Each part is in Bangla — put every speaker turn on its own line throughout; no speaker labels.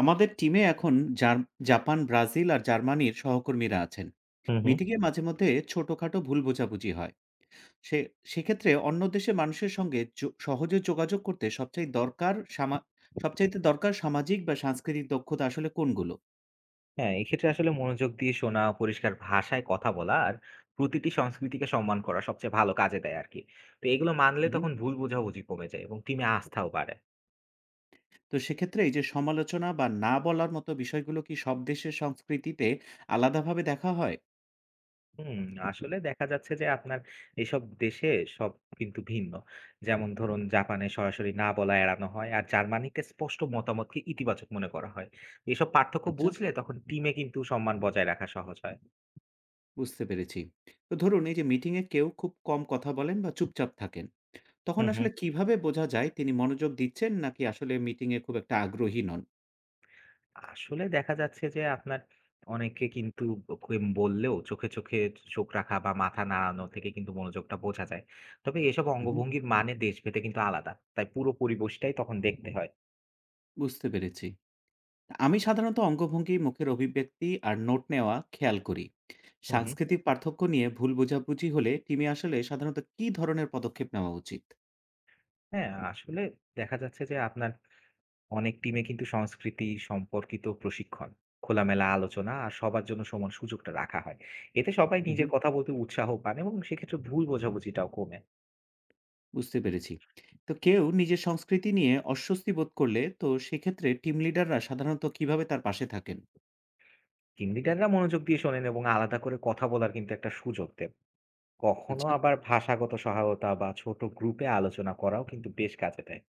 আমাদের টিমে এখন জার জাপান, ব্রাজিল আর জার্মানির সহকর্মীরা আছেন।
হুম, হুম।
মিটিংয়ে মাঝে মধ্যে ছোটখাটো ভুল বোঝাবুঝি হয়। সে সেক্ষেত্রে অন্য দেশের মানুষের সঙ্গে সহজে যোগাযোগ করতে সবচেয়ে দরকার সবচাইতে দরকার সামাজিক বা সাংস্কৃতিক দক্ষতা আসলে কোনগুলো?
হ্যাঁ, এক্ষেত্রে আসলে মনোযোগ দিয়ে শোনা, পরিষ্কার ভাষায় কথা বলা আর প্রতিটি সংস্কৃতিকে সম্মান করা সবচেয়ে ভালো কাজে দেয় আরকি। তো এগুলো মানলে
হুম, হুম।
তখন ভুল বোঝাবুঝি কমে যায় এবং টিমে আস্থাও বাড়ে।
তো সেক্ষেত্রে এই যে সমালোচনা বা না বলার মতো বিষয়গুলো কি সব দেশের সংস্কৃতিতে আলাদাভাবে দেখা হয়?
হুম, আসলে দেখা যাচ্ছে যে আপনার এসব দেশে সব কিন্তু ভিন্ন। যেমন ধরুন জাপানে সরাসরি না বলা এড়ানো হয় আর জার্মানিতে স্পষ্ট মতামতকে ইতিবাচক মনে করা হয়। এসব পার্থক্য
আচ্ছা।
বুঝলে তখন টিমে কিন্তু সম্মান বজায় রাখা সহজ হয়।
বুঝতে পেরেছি। তো ধরুন এই যে মিটিংয়ে কেউ খুব কম কথা বলেন বা চুপচাপ থাকেন। তখন
হুম, হুম।
আসলে কিভাবে বোঝা যায় তিনি মনোযোগ দিচ্ছেন নাকি আসলে মিটিংয়ে খুব একটা আগ্রহী নন?
আসলে দেখা যাচ্ছে যে আপনার অনেকে কিন্তু ওকে বললেও চোখে চোখ রাখা বা মাথা নাড়ানো থেকে কিন্তু মনোযোগটা বোঝা যায়। তবে এসব
উহু।
অঙ্গভঙ্গির মানে দেশভেদে কিন্তু আলাদা। তাই পুরো পরিবেশটাই তখন দেখতে হয়।
বুঝতে পেরেছি। আমি সাধারণত অঙ্গভঙ্গি, মুখের অভিব্যক্তি আর নোট নেওয়া খেয়াল করি।
হুম, হুম।
সাংস্কৃতিক পার্থক্য নিয়ে ভুল বোঝাবুঝি হলে টিমে আসলে সাধারণত কী ধরনের পদক্ষেপ নেওয়া উচিত?
হ্যাঁ, আসলে দেখা যাচ্ছে যে আপনার অনেক টিমে কিন্তু সংস্কৃতি সম্পর্কিত প্রশিক্ষণ, খোলামেলা আলোচনা আর সবার জন্য সমান সুযোগটা রাখা হয়। এতে সবাই
উহু।
নিজের কথা বলতে উৎসাহ পান এবং সেক্ষেত্রে ভুল বোঝাবুঝিটাও কমে।
বুঝতে পেরেছি। তো কেউ নিজের সংস্কৃতি নিয়ে অস্বস্তি বোধ করলে তো সেক্ষেত্রে টিম লিডাররা সাধারণত কিভাবে তার পাশে থাকেন?
টিম লিডাররা মনোযোগ দিয়ে শোনেন এবং আলাদা করে কথা বলার কিন্তু একটা সুযোগ দেন। কখনো
আচ্ছা।
আবার ভাষাগত সহায়তা বা ছোট গ্রুপে আলোচনা করাও কিন্তু বেশ কাজে দেয়।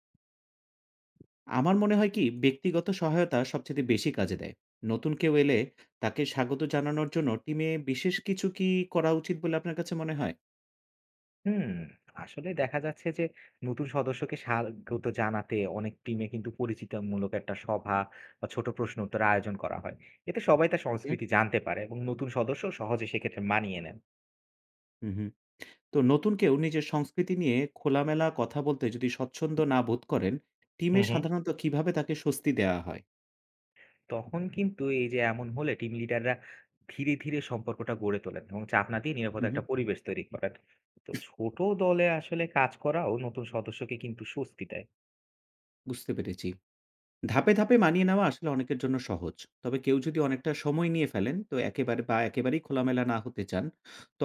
আমার মনে হয় কি ব্যক্তিগত সহায়তা সবচেয়ে বেশি কাজে দেয়। নতুন কেউ এলে তাকে স্বাগত জানানোর জন্য টিমে বিশেষ কিছু কি করা উচিত বলে আপনার কাছে মনে হয়?
হুম, আসলে দেখা যাচ্ছে যে নতুন সদস্যকে স্বাগত জানাতে অনেক টিমে কিন্তু পরিচিতিমূলক একটা সভা বা ছোট প্রশ্ন উত্তর আয়োজন করা হয়। এতে সবাই তার
ওকে।
সংস্কৃতি জানতে পারে এবং নতুন সদস্য সহজে সেক্ষেত্রে মানিয়ে নেন।
হুম, হুম। তো নতুন কেউ নিজের সংস্কৃতি নিয়ে খোলামেলা কথা বলতে যদি স্বচ্ছন্দ না বোধ করেন, টিমে
হুম হুম।
সাধারণত কিভাবে তাকে স্বস্তি দেওয়া হয়?
তখন কিন্তু এই যে এমন হলে টিম লিডাররা ধীরে ধীরে সম্পর্কটা গড়ে তোলেন এবং চাপ না দিয়ে নিরাপদ
হুম, হুম।
একটা পরিবেশ তৈরি করেন। তো ছোট দলে আসলে কাজ করাও নতুন সদস্যকে কিন্তু স্বস্তি দেয়।
বুঝতে পেরেছি। ধাপে ধাপে মানিয়ে নেওয়া আসলে অনেকের জন্য সহজ। তবে কেউ যদি অনেকটা সময় নিয়ে ফেলেন তো একেবারেই খোলামেলা না হতে চান,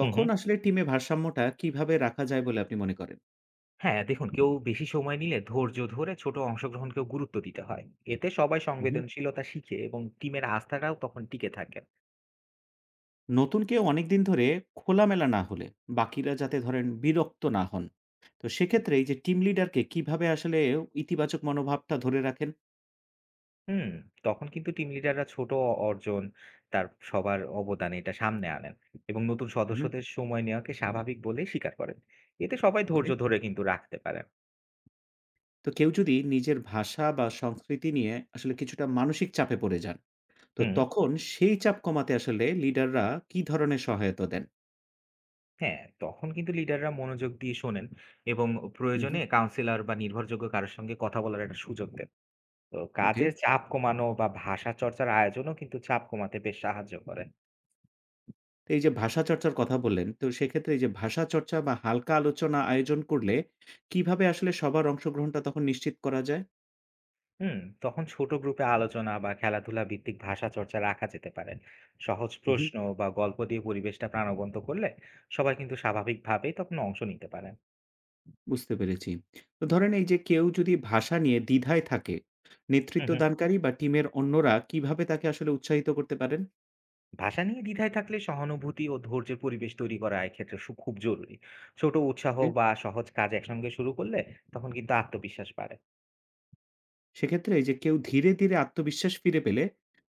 হুম হুম।
আসলে টিমে ভারসাম্যটা কিভাবে রাখা যায় বলে আপনি মনে করেন?
হ্যাঁ, দেখুন কেউ বেশি সময় নিলে ধৈর্য ধরে ছোট অংশগ্রহণকেও গুরুত্ব দিতে হয়। এতে সবাই সংবেদনশীলতা শিখে এবং টিমের আস্থাটাও তখন টিকে থাকে।
নতুন কেউ অনেকদিন ধরে খোলামেলা না হলে বাকিরা যাতে ধরেন বিরক্ত না হন। তো সেক্ষেত্রে এই যে টিম লিডারকে কিভাবে আসলে ইতিবাচক মনোভাবটা ধরে রাখেন?
হুম, তখন কিন্তু টিম লিডাররা ছোট অর্জন, তার সবার অবদান এটা সামনে আনেন এবং নতুন
হুম, হুম।
সদস্যদের সময় নেওয়াকে স্বাভাবিক বলে স্বীকার করেন। এতে সবাই ধৈর্য
ওকে।
ধরে কিন্তু রাখতে পারেন।
তো কেউ যদি নিজের ভাষা বা সংস্কৃতি নিয়ে আসলে কিছুটা মানসিক চাপে পড়ে যান, তো
হুম,
তখন সেই চাপ কমাতে আসলে লিডাররা কি ধরনের সহায়তা দেন?
হ্যাঁ, তখন কিন্তু লিডাররা মনোযোগ দিয়ে শোনেন এবং
হুম,
প্রয়োজনে
হুম।
কাউন্সিলর বা নির্ভরযোগ্য কারো সঙ্গে কথা বলার একটা সুযোগ দেন। তো
ওকে।
কাজের চাপ কমানো বা ভাষা চর্চার আয়োজনও কিন্তু চাপ কমাতে বেশ সাহায্য করে।
তো এই যে ভাষা চর্চার কথা বললেন, তো সেক্ষেত্রে এই যে ভাষা চর্চা বা হালকা আলোচনা আয়োজন করলে কিভাবে আসলে সবার অংশগ্রহণটা তখন নিশ্চিত করা যায়?
হুম, তখন ছোট গ্রুপে আলোচনা বা খেলাধুলা ভিত্তিক ভাষা চর্চা রাখা যেতে পারে। সহজ প্রশ্ন বা গল্প দিয়ে পরিবেশটা প্রাণবন্ত করলে সবাই কিন্তু স্বাভাবিকভাবেই তখন অংশ নিতে পারে।
বুঝতে পেরেছি। তো ধরেন এই যে কেউ যদি ভাষা নিয়ে দ্বিধায় থাকে,
হুম, হুম।
নেতৃত্বদানকারী বা টিমের অন্যরা কিভাবে তাকে আসলে উৎসাহিত করতে পারেন?
ভাষা নিয়ে দ্বিধায় থাকলে সহানুভূতি ও ধৈর্যের পরিবেশ তৈরি করা এক্ষেত্রে খুব জরুরি। ছোট উৎসাহ
ওকে।
বা সহজ কাজ একসঙ্গে শুরু করলে তখন কিন্তু আত্মবিশ্বাস বাড়ে।
সেক্ষেত্রে এই যে কেউ ধীরে ধীরে আত্মবিশ্বাস ফিরে পেলে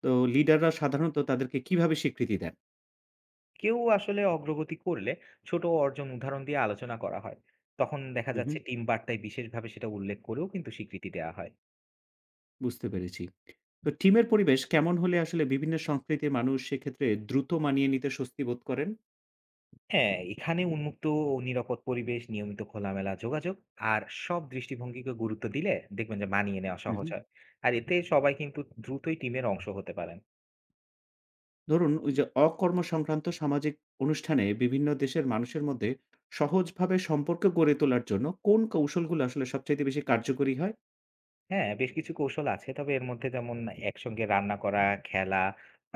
তো লিডাররা সাধারণত তাদেরকে কিভাবে স্বীকৃতি দেন?
কেউ আসলে অগ্রগতি করলে ছোট অর্জন উদাহরণ দিয়ে আলোচনা করা হয়। তখন দেখা
হুম,
যাচ্ছে
হুম।
টিম বার্তায় বিশেষভাবে সেটা উল্লেখ করেও কিন্তু স্বীকৃতি দেওয়া হয়।
বুঝতে পেরেছি। তো টিমের পরিবেশ কেমন হলে আসলে বিভিন্ন সংস্কৃতির মানুষ সেক্ষেত্রে দ্রুত মানিয়ে নিতে স্বস্তি বোধ করেন?
হ্যাঁ, এখানে উন্মুক্ত ও নিরাপদ পরিবেশ, নিয়মিত খোলামেলা যোগাযোগ আর সব দৃষ্টিভঙ্গিকে গুরুত্ব দিলে দেখবেন যে মানিয়ে নেওয়া
হুম,
সহজ
হুম।
হয়। আর এতে সবাই কিন্তু দ্রুতই টিমের অংশ হতে পারেন।
ধরুন ওই যে অকর্মসংক্রান্ত সামাজিক অনুষ্ঠানে বিভিন্ন দেশের মানুষের মধ্যে সহজভাবে সম্পর্ক গড়ে তোলার জন্য কোন কৌশলগুলো আসলে সবচাইতে বেশি কার্যকরী হয়?
হ্যাঁ, বেশ কিছু কৌশল আছে। তবে এর মধ্যে যেমন একসঙ্গে রান্না করা, খেলা,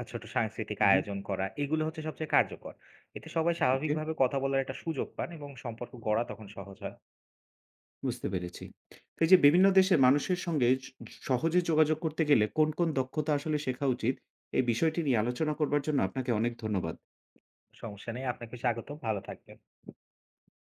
ছোট সাংস্কৃতিক
উহু।
আয়োজন করা, এগুলো হচ্ছে সবচেয়ে কার্যকর। এতে সবাই
ওকে,
স্বাভাবিকভাবে কথা বলার একটা সুযোগ পান এবং সম্পর্ক গড়া তখন সহজ হয়।
বুঝতে পেরেছি। তো এই যে বিভিন্ন দেশের মানুষের সঙ্গে সহজে যোগাযোগ করতে গেলে কোন কোন দক্ষতা আসলে শেখা উচিত? এই বিষয়টি নিয়ে আলোচনা করবার জন্য আপনাকে অনেক ধন্যবাদ।
সমস্যা নেই। আপনাকে স্বাগতম। ভালো থাকবেন।